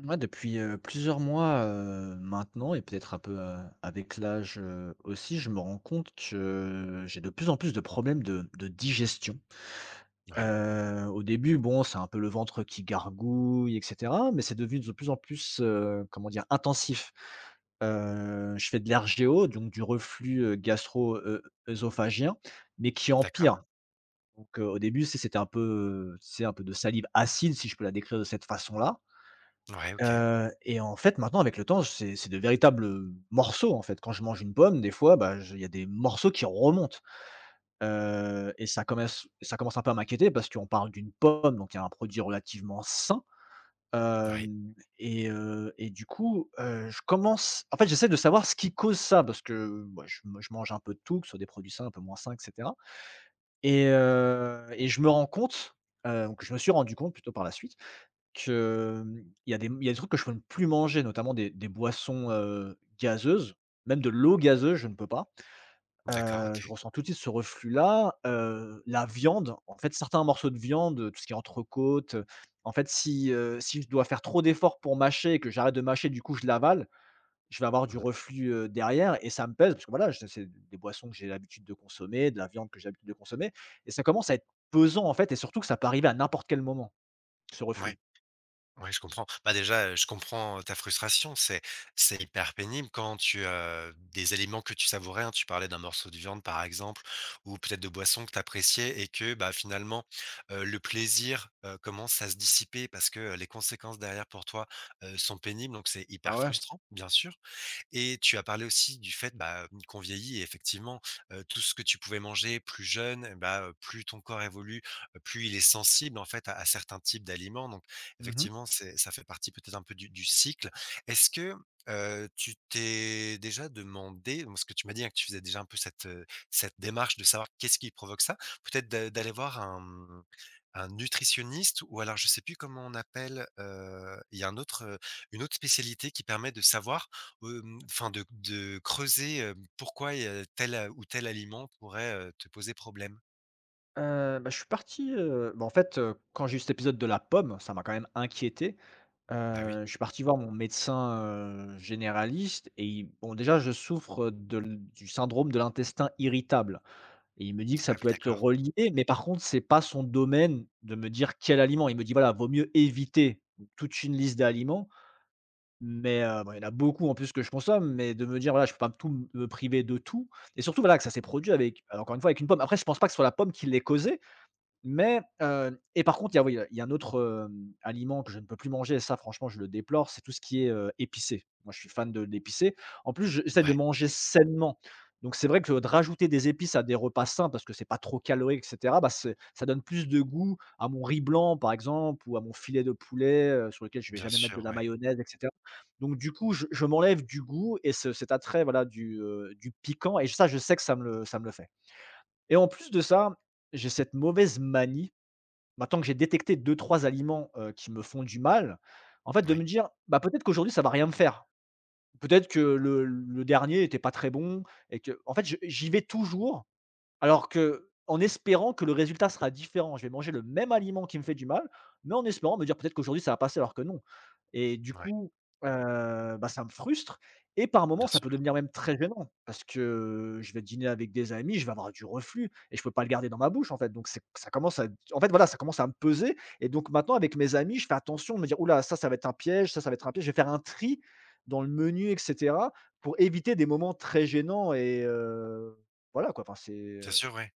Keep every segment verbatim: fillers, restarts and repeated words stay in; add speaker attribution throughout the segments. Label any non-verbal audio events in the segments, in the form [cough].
Speaker 1: Moi, depuis, heu, plusieurs mois, heu, maintenant et peut-être un peu, heu, avec l'âge, heu, aussi, je me rends compte que j'ai de plus en plus de problèmes de de digestion.
Speaker 2: Ouais,
Speaker 1: Heu, au début, bon, c'est un peu le ventre qui gargouille et cetera, mais c'est devenu de plus en plus, heu, comment dire? Intensif. Heu, je fais de l'R G O, donc du reflux, heu, gastro, œsophagien, mais qui
Speaker 2: d'accord.
Speaker 1: empire. Donc, heu, au début, tu c'était un peu, heu, tu un peu de salive acide, si je peux la décrire de cette façon-là.
Speaker 2: Ouais, OK.
Speaker 1: Heu et en fait, maintenant, avec le temps, c'est c'est de véritables, heu, morceaux, en fait. Quand je mange une pomme, des fois, bah, je il y a des morceaux qui remontent, heu et ça commence ça commence un peu à m'inquiéter parce qu'on parle d'une pomme, donc il y a un produit relativement sain,
Speaker 2: Oui,
Speaker 1: hem et heu et du coup, heu, je commence en fait, j'essaie de savoir ce qui cause ça parce que, bah, je je mange un peu de tout, que ce soit des produits sains, un peu moins sains et cetera et heu et je me rends compte, heu, donc je me suis rendu compte plutôt par la suite que, mmh, il y a des il y a des trucs que je peux ne plus manger, notamment des des boissons, heu, gazeuses, même de l'eau gazeuse, je ne peux pas.
Speaker 2: d'accord,
Speaker 1: Heu,
Speaker 2: OK.
Speaker 1: je ressens tout de suite ce reflux-là. Heu, la viande, en fait, certains morceaux de viande, tout ce qui est entrecôte, heu, en fait, si, heu, si je dois faire trop d'efforts pour mâcher et que j'arrête de mâcher, du coup, je l'avale, je vais avoir
Speaker 2: Mmh
Speaker 1: du
Speaker 2: mh.
Speaker 1: reflux, heu, derrière et ça me pèse parce que, voilà, je c'est des boissons que j'ai l'habitude de consommer, de la viande que j'ai l'habitude de consommer et ça commence à être pesant, en fait et surtout que ça peut arriver à n'importe quel moment, ce
Speaker 2: Ouais,
Speaker 1: reflux.
Speaker 2: ouais, je comprends. Bah, déjà, heu, je comprends ta frustration, c'est c'est hyper pénible quand tu, as des aliments que tu savourais, hein, tu parlais d'un morceau de viande, par exemple, ou peut-être de boissons que tu appréciais et que, bah, finalement, heu, le plaisir, heu, commence à se dissiper parce que, heu, les conséquences derrière pour toi, heu, sont pénibles, donc c'est
Speaker 1: Ah
Speaker 2: hyper
Speaker 1: ouais?
Speaker 2: frustrant, bien sûr. Et tu as parlé aussi du fait, bah, mmh, qu'on vieillit et effectivement, heu, tout ce que tu pouvais manger plus jeune, eh bah, heu, plus ton corps évolue, heu, plus il est sensible en fait à à certains types d'aliments, donc
Speaker 1: Mmh.
Speaker 2: effectivement, c'est ça fait partie peut-être un peu du du cycle. Est-ce que, heu, tu t'es déjà demandé, bon, parce que tu m'as dit, hein, que tu faisais déjà un peu cette, heu, cette démarche de savoir qu'est-ce qui provoque ça? Peut-être d'a d'aller voir un un nutritionniste, ou alors je sais plus comment on appelle, heu, il y a un autre, heu, une autre spécialité qui permet de savoir, hem, enfin de de creuser, heu, pourquoi, heu, tel, heu, ou tel aliment pourrait, heu, te poser problème.
Speaker 1: Heu, bah, je suis parti, heu, bah, en fait, heu, quand j'ai eu cet épisode de la pomme, ça m'a quand même inquiété.
Speaker 2: Bah oui.
Speaker 1: Heu, je suis parti voir mon médecin, heu, généraliste et il bon, déjà, je souffre de l du syndrome de l'intestin irritable et il me dit que
Speaker 2: Ah
Speaker 1: ça
Speaker 2: oui,
Speaker 1: peut être
Speaker 2: d'accord.
Speaker 1: relié, mais par contre, c'est pas son domaine de me dire quel aliment. Il me dit: «Voilà, vaut mieux éviter toute une liste d'aliments», mais heu, bon, il y en a beaucoup en plus que je consomme, mais de me dire: «Voilà, je peux pas tout me priver de tout» et surtout, voilà, que ça s'est produit avec, encore une fois, avec une pomme. Après, je pense pas que ce soit la pomme qui l'ait causé, mais, heu et par contre, il y a oui, il y a un autre, hem, aliment que je ne peux plus manger et ça franchement je le déplore, c'est tout ce qui est, heu, épicé. Moi je suis fan de l'épicé. En plus, je- j'essaie de
Speaker 2: Ouais,
Speaker 1: manger sainement. Donc c'est vrai que de rajouter des épices à des repas sains parce que c'est pas trop calorique et cetera, bah, c'est ça donne plus de goût à mon riz blanc par exemple ou à mon filet de poulet, heu, sur lequel je vais
Speaker 2: bien
Speaker 1: jamais mettre de
Speaker 2: sûr,
Speaker 1: la
Speaker 2: ouais.
Speaker 1: mayonnaise et cetera. Donc du coup, je je m'enlève du goût et ce cet attrait voilà du, heu, du piquant et ça je sais que ça me le ça me le fait. Et en plus de ça, j'ai cette mauvaise manie. Maintenant que j'ai détecté deux trois aliments, heu, qui me font du mal, en fait, de
Speaker 2: Oui,
Speaker 1: me dire: «Bah, peut-être qu'aujourd'hui ça va rien me faire. Peut-être que le le dernier n'était pas très bon» et que en fait, je j'y vais toujours alors que, en espérant que le résultat sera différent, je vais manger le même aliment qui me fait du mal, mais en espérant me dire: «Peut-être qu'aujourd'hui ça va passer», alors que non et du
Speaker 2: ouais,
Speaker 1: coup, heu, bah, ça me frustre et par moments,
Speaker 2: bien
Speaker 1: ça peut
Speaker 2: sûr.
Speaker 1: devenir même très gênant parce que je vais dîner avec des amis, je vais avoir du reflux et je peux pas le garder dans ma bouche, en fait, donc c'est ça commence à en fait, voilà, ça commence à me peser et donc maintenant avec mes amis, je fais attention de me dire: «Ouh ça, ça va être un piège, ça, ça va être un piège». Je vais faire un tri dans le menu et cetera pour éviter des moments très gênants et heu, voilà quoi, enfin c'est,
Speaker 2: Bien sûr, ouais.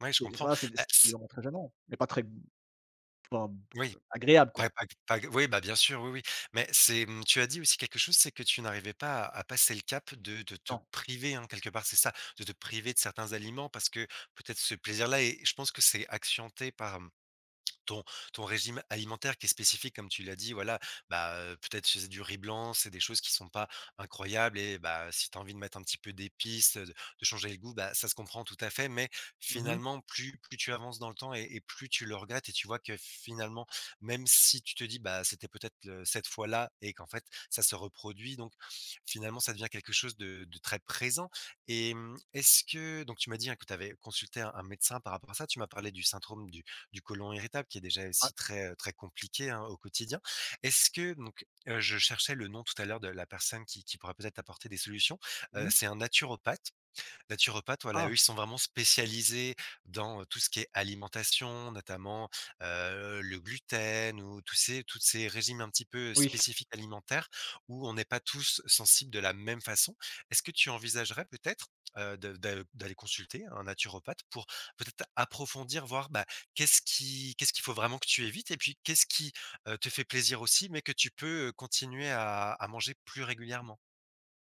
Speaker 2: Ouais, je
Speaker 1: c'est c'est
Speaker 2: comprends.
Speaker 1: voilà, c'est des
Speaker 2: Bah,
Speaker 1: c'est
Speaker 2: c
Speaker 1: vraiment très gênant, mais pas très pas b
Speaker 2: oui.
Speaker 1: agréable, quoi.
Speaker 2: Pas pas pas oui, bah, bien sûr, oui, oui. Mais c'est, mmh, tu as dit aussi quelque chose, c'est que tu n'arrivais pas à à passer le cap de de te
Speaker 1: Non.
Speaker 2: priver, hein, quelque part, c'est ça, de te priver de certains aliments parce que peut-être ce plaisir-là, et je pense que c'est accenté par ton ton régime alimentaire qui est spécifique comme tu l'as dit, voilà, bah, heu, peut-être c'est du riz blanc, c'est des choses qui sont pas incroyables, et bah, si tu as envie de mettre un petit peu d'épices, de de changer les goûts, bah, ça se comprend tout à fait. Mais
Speaker 1: Mmh mh.
Speaker 2: finalement, plus plus tu avances dans le temps, et et plus tu le regrettes, et tu vois que finalement, même si tu te dis: «Bah, c'était peut-être le cette fois-là» et qu'en fait ça se reproduit, donc finalement ça devient quelque chose de de très présent, et mmh, est-ce que, donc tu m'as dit, hein, que tu avais consulté un un médecin par rapport à ça. Tu m'as parlé du syndrome du du côlon irritable, qui est déjà
Speaker 1: Ouais.
Speaker 2: aussi très, très compliqué, hein, au quotidien. Est-ce que, donc, heu, je cherchais le nom tout à l'heure de la personne qui qui pourrait peut-être apporter des solutions,
Speaker 1: Mmh.
Speaker 2: heu,
Speaker 1: mh.
Speaker 2: c'est un naturopathe. Naturopathes, voilà, eux,
Speaker 1: Ah,
Speaker 2: ils sont vraiment spécialisés dans, heu, tout ce qui est alimentation, notamment, heu, le gluten ou tous ces toutes ces régimes un petit peu
Speaker 1: oui.
Speaker 2: spécifiques alimentaires, où on n'est pas tous sensibles de la même façon. Est-ce que tu envisagerais peut-être, heu, de de d'aller consulter un naturopathe pour peut-être approfondir, voir, bah, qu'est-ce qui qu'est-ce qu'il faut vraiment que tu évites, et puis qu'est-ce qui, heu, te fait plaisir aussi, mais que tu peux, heu, continuer à à manger plus régulièrement?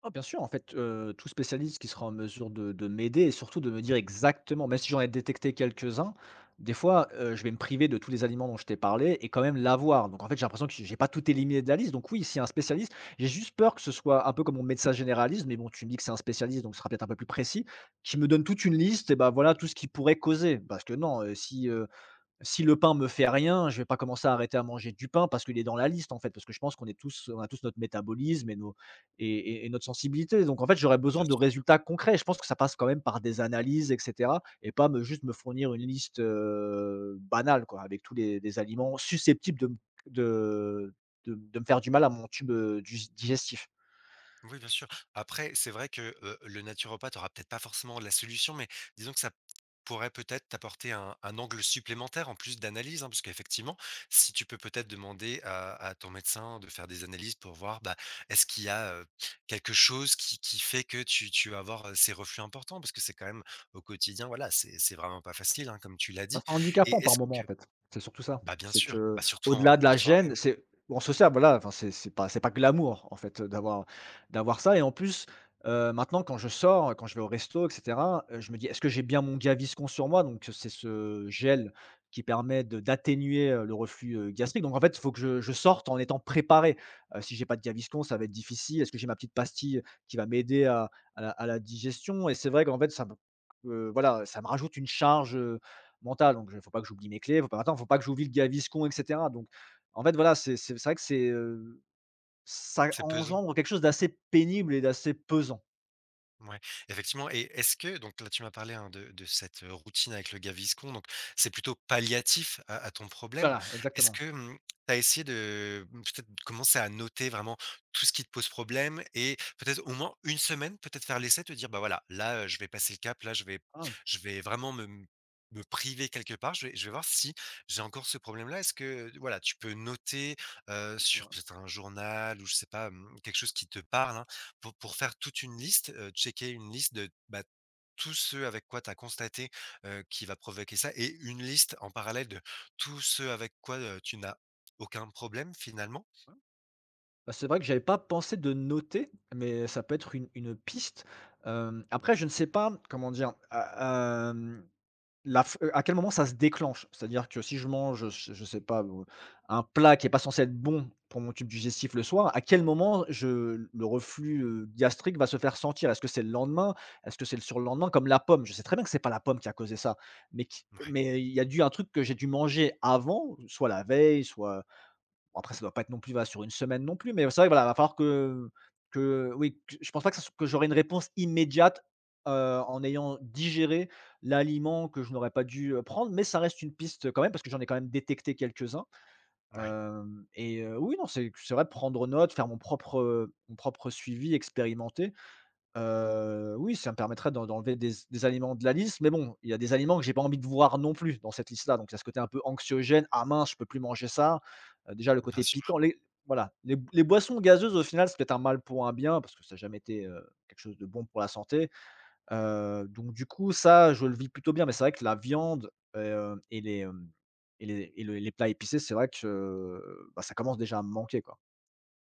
Speaker 1: Ah, bien sûr, en fait, heu, tout spécialiste qui sera en mesure de de m'aider et surtout de me dire exactement même si j'en ai détecté quelques-uns, des fois, heu, je vais me priver de tous les aliments dont je t'ai parlé et quand même l'avoir, donc en fait, j'ai l'impression que j'ai j'ai pas tout éliminé de la liste, donc oui, s'il y a un spécialiste, j'ai juste peur que ce soit un peu comme mon médecin généraliste, mais bon, tu me dis que c'est un spécialiste, donc ce sera peut-être un peu plus précis, qui me donne toute une liste et bah, voilà tout ce qui pourrait causer. Parce que non, heu, si, heu Si le pain me fait rien, je vais pas commencer à arrêter à manger du pain parce qu'il est dans la liste, en fait, parce que je pense qu'on est tous on a tous notre métabolisme et nos et et et notre sensibilité, donc en fait, j'aurais
Speaker 2: Bien
Speaker 1: besoin de
Speaker 2: sûr.
Speaker 1: résultats concrets. Je pense que ça passe quand même par des analyses et cetera et pas me juste me fournir une liste, heu, banale, quoi, avec tous les les aliments susceptibles de me de de de me faire du mal à mon tube, heu, dus digestif.
Speaker 2: Oui, bien sûr. Après, c'est vrai que, heu, le naturopathe aura peut-être pas forcément la solution, mais disons que ça pourrait peut-être t'apporter un un angle supplémentaire en plus d'analyse, hein. Parce qu'effectivement, si tu peux peut-être demander à à ton médecin de faire des analyses pour voir, bah, est-ce qu'il y a, heu, quelque chose qui qui fait que tu tu vas avoir, heu, ces reflux importants? Parce que c'est quand même au quotidien, voilà, c'est c'est vraiment pas facile, hein, comme tu l'as
Speaker 1: Bah,
Speaker 2: dit.
Speaker 1: c'est handicapant
Speaker 2: Et
Speaker 1: par
Speaker 2: est-ce
Speaker 1: moment, en
Speaker 2: que,
Speaker 1: fait. C'est surtout ça.
Speaker 2: bah, bien
Speaker 1: C'est
Speaker 2: sûr,
Speaker 1: que
Speaker 2: bah, surtout
Speaker 1: au delà
Speaker 2: en
Speaker 1: de
Speaker 2: en
Speaker 1: la
Speaker 2: soirée, ouais,
Speaker 1: gêne, c'est on se sert, voilà, enfin, c'est c'est pas c'est pas glamour, en fait, d'avoir d'avoir ça et en plus, heu, maintenant quand je sors, quand je vais au resto et cetera, heu, je me dis: «Est-ce que j'ai bien mon Gaviscon sur moi?» donc c'est ce gel qui permet de d'atténuer, heu, le reflux, heu, gastrique donc en fait, il faut que je je sorte en étant préparé. Heu, si j'ai pas de Gaviscon, ça va être difficile. Est-ce que j'ai ma petite pastille qui va m'aider à à la à la digestion? Et c'est vrai qu'en fait, ça me, heu, voilà, ça me rajoute une charge, euh, mental, donc je faut pas que j'oublie mes clés, faut pas attends, faut pas que j'oublie le Gaviscon et cetera, donc en fait, voilà, c'est c'est c'est vrai que c'est, heu, ça
Speaker 2: c'est pesant.
Speaker 1: engendre quelque chose d'assez pénible et d'assez pesant.
Speaker 2: Ouais, effectivement. Et est-ce que, donc là, tu m'as parlé, hein, de de cette, heu, routine avec le Gaviscon, donc c'est plutôt palliatif à à ton problème.
Speaker 1: Voilà,
Speaker 2: Est-ce
Speaker 1: exactement.
Speaker 2: que, mmh, tu as essayé de, mmh, peut-être de commencer à noter vraiment tout ce qui te pose problème, et peut-être au moins une semaine, peut-être faire l'essai, te dire: «Bah, voilà, là, heu, je vais passer le cap, là, je vais
Speaker 1: Ah,
Speaker 2: je vais vraiment me, mmh, me priver quelque part, je vais je vais voir si j'ai encore ce problème-là». Est-ce que, voilà, tu peux noter, heu, sur peut-être un journal, ou je sais pas, mmh, quelque chose qui te parle, hein, pour pour faire toute une liste, heu, checker une liste de, bah, tout ce avec quoi tu as constaté, heu, qui va provoquer ça, et une liste en parallèle de tous ceux avec quoi, heu, tu n'as aucun problème finalement.
Speaker 1: bah, c'est vrai que j'avais pas pensé de noter, mais ça peut être une une piste. Hem, après je ne sais pas, comment dire? A La f heu, à quel moment ça se déclenche? C'est-à-dire que si je mange, je je sais pas, heu, un plat qui est pas censé être bon pour mon tube digestif le soir, à quel moment je le reflux, heu, gastrique va se faire sentir? Est-ce que c'est le lendemain? Est-ce que c'est le surlendemain? Comme la pomme, je sais très bien que c'est pas la pomme qui a causé ça, mais qui
Speaker 2: Ouais,
Speaker 1: mais il y a dû un truc que j'ai dû manger avant, soit la veille, soit… Bon après ça doit pas être non plus, voilà, sur une semaine non plus, mais c'est vrai que voilà, va falloir que que oui, que je pense pas que ça se que j'aurai une réponse immédiate, heu, en ayant digéré l'aliment que je n'aurais pas dû, heu, prendre, mais ça reste une piste quand même, parce que j'en ai quand même détecté quelques-uns.
Speaker 2: ouais,
Speaker 1: Hem et heu, oui, non, c'est c'est vrai prendre note, faire mon propre, mon propre suivi, expérimenter. Heu, oui, ça me permettrait d'en d'enlever des des aliments de la liste, mais bon, il y a des aliments que j'ai pas envie de voir non plus dans cette liste-là, donc il y a ce côté un peu anxiogène: «Ah mince, je peux plus manger ça», heu, déjà le
Speaker 2: bien
Speaker 1: côté
Speaker 2: sûr.
Speaker 1: piquant, les voilà, les les boissons gazeuses au final, c'est peut-être un mal pour un bien parce que ça n'a jamais été, heu, quelque chose de bon pour la santé, heu, donc du coup ça, je le vis plutôt bien, mais c'est vrai que la viande, heu et les, hem et les et le les plats épicés, c'est vrai que, euh, bah, ça commence déjà à me manquer, quoi.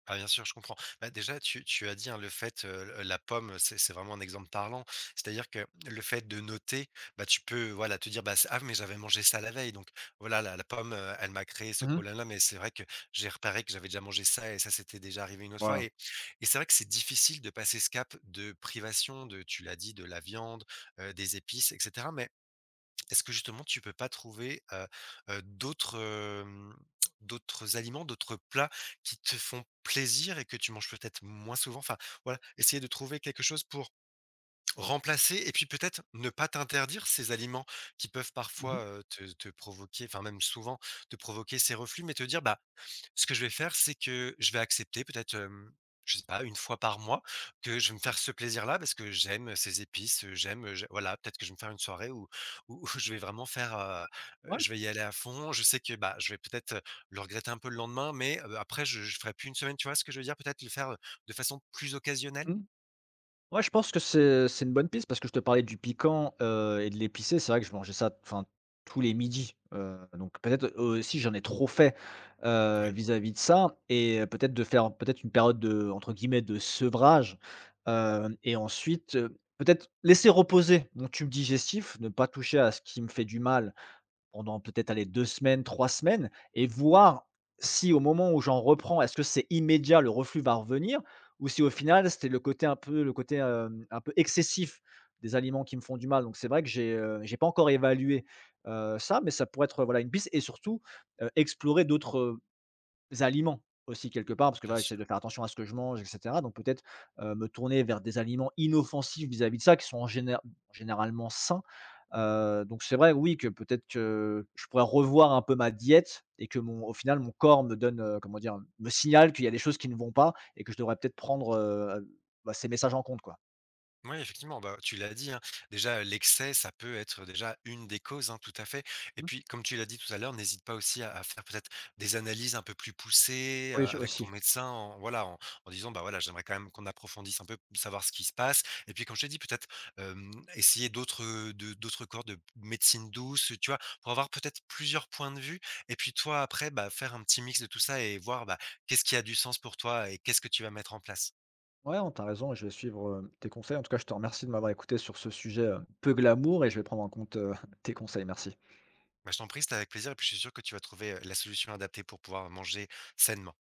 Speaker 2: Ah bien sûr, je comprends. Bah, déjà, tu tu as dit, hein, le fait, heu, la pomme, c'est c'est vraiment un exemple parlant. C'est-à-dire que le fait de noter, bah, tu peux, voilà, te dire: «Bah, c ah, mais j'avais mangé ça la veille, donc voilà, la la pomme, heu, elle m'a créé ce
Speaker 1: Mmh.
Speaker 2: problème-là, mais c'est vrai que j'ai repéré que j'avais déjà mangé ça, et ça, c'était déjà arrivé une autre fois».
Speaker 1: Voilà.
Speaker 2: Et et c'est vrai que c'est difficile de passer ce cap de privation, de tu l'as dit, de la viande, heu, des épices, et cetera, mais est-ce que justement tu peux pas trouver, heu heu, d'autres, hem, d'autres aliments, d'autres plats qui te font plaisir et que tu manges peut-être moins souvent? Enfin, voilà, essayer de trouver quelque chose pour remplacer, et puis peut-être ne pas t'interdire ces aliments qui peuvent
Speaker 1: Mmh.
Speaker 2: parfois, heu, te te provoquer, enfin même souvent te provoquer ces reflux, mais te dire: «Bah, ce que je vais faire, c'est que je vais accepter peut-être, hem, je sais pas, une fois par mois, que je vais me
Speaker 1: Ouais.
Speaker 2: faire ce plaisir-là parce que j'aime ces épices, heu, j'aime, heu, j voilà, peut-être que je vais me faire une soirée où où [laughs] je vais vraiment faire, heu heu,
Speaker 1: Ouais.
Speaker 2: je vais y aller à fond. Je sais que, bah, je vais peut-être, heu, le regretter un peu le lendemain, mais, heu, après je je ferai plus une semaine, tu vois ce que je veux dire? Peut-être le faire, heu, de façon plus occasionnelle?»
Speaker 1: Mmh. Ouais, je pense que c'est c'est une bonne piste parce que je te parlais du piquant, heu et de l'épicé. C'est vrai que je mangeais ça, enfin, tous les midis, heu, donc peut-être aussi j'en ai trop fait, heu,
Speaker 2: Ouais,
Speaker 1: vis-à-vis de ça et euh, peut-être de faire peut-être une période de entre guillemets «de sevrage», heu et ensuite, heu, peut-être laisser reposer mon tube digestif, ne pas toucher à ce qui me fait du mal pendant peut-être, allez, deux semaines, trois semaines et voir si au moment où j'en reprends, est-ce que c'est immédiat, le reflux va revenir? Ou si au final, c'était le côté un peu le côté, hem, un peu excessif des aliments qui me font du mal. Donc c'est vrai que j'ai, heu, j'ai pas encore évalué, heu, ça, mais ça pourrait être, euh, voilà, une piste et surtout, heu, explorer d'autres, aliments aussi quelque part, parce que
Speaker 2: bien
Speaker 1: voilà, j'essaie
Speaker 2: sûr.
Speaker 1: de faire attention à ce que je mange et cetera, donc peut-être, heu, me tourner vers des aliments inoffensifs vis-à-vis de ça, qui sont en géné généralement sains. Heu, donc c'est vrai, oui, que peut-être que je pourrais revoir un peu ma diète et que mon au final, mon corps me donne, heu, comment dire? Me signale qu'il y a des choses qui ne vont pas et que je devrais peut-être prendre, heu, bah, ces messages en compte, quoi.
Speaker 2: Oui, effectivement, bah, tu l'as dit, hein, déjà l'excès, ça peut être déjà une des causes, hein, tout à fait. Et
Speaker 1: Mmh.
Speaker 2: puis, comme tu l'as dit tout à l'heure, n'hésite pas aussi à, à faire peut-être des analyses un peu plus poussées,
Speaker 1: Oui,
Speaker 2: euh,
Speaker 1: je-
Speaker 2: avec ton
Speaker 1: aussi.
Speaker 2: médecin, en, voilà, en, en disant, bah, voilà, j'aimerais quand même qu'on approfondisse un peu, savoir ce qui se passe. Et puis, comme je t'ai dit, peut-être euh, essayer d'autres de- d'autres corps de médecine douce, tu vois, pour avoir peut-être plusieurs points de vue. Et puis toi, après, bah, faire un petit mix de tout ça, et voir bah, qu'est-ce qui a du sens pour toi et qu'est-ce que tu vas mettre en place.
Speaker 1: Ouais, non, tu raison et je vais suivre, heu, tes conseils. En tout cas, je te remercie de m'avoir écouté sur ce sujet, heu, peu glamour et je vais prendre en compte, heu, [laughs] tes conseils. Merci.
Speaker 2: Bah, je t'en prie, c'était avec plaisir, et puis je suis sûr que tu vas trouver, heu, la solution adaptée pour pouvoir manger sainement.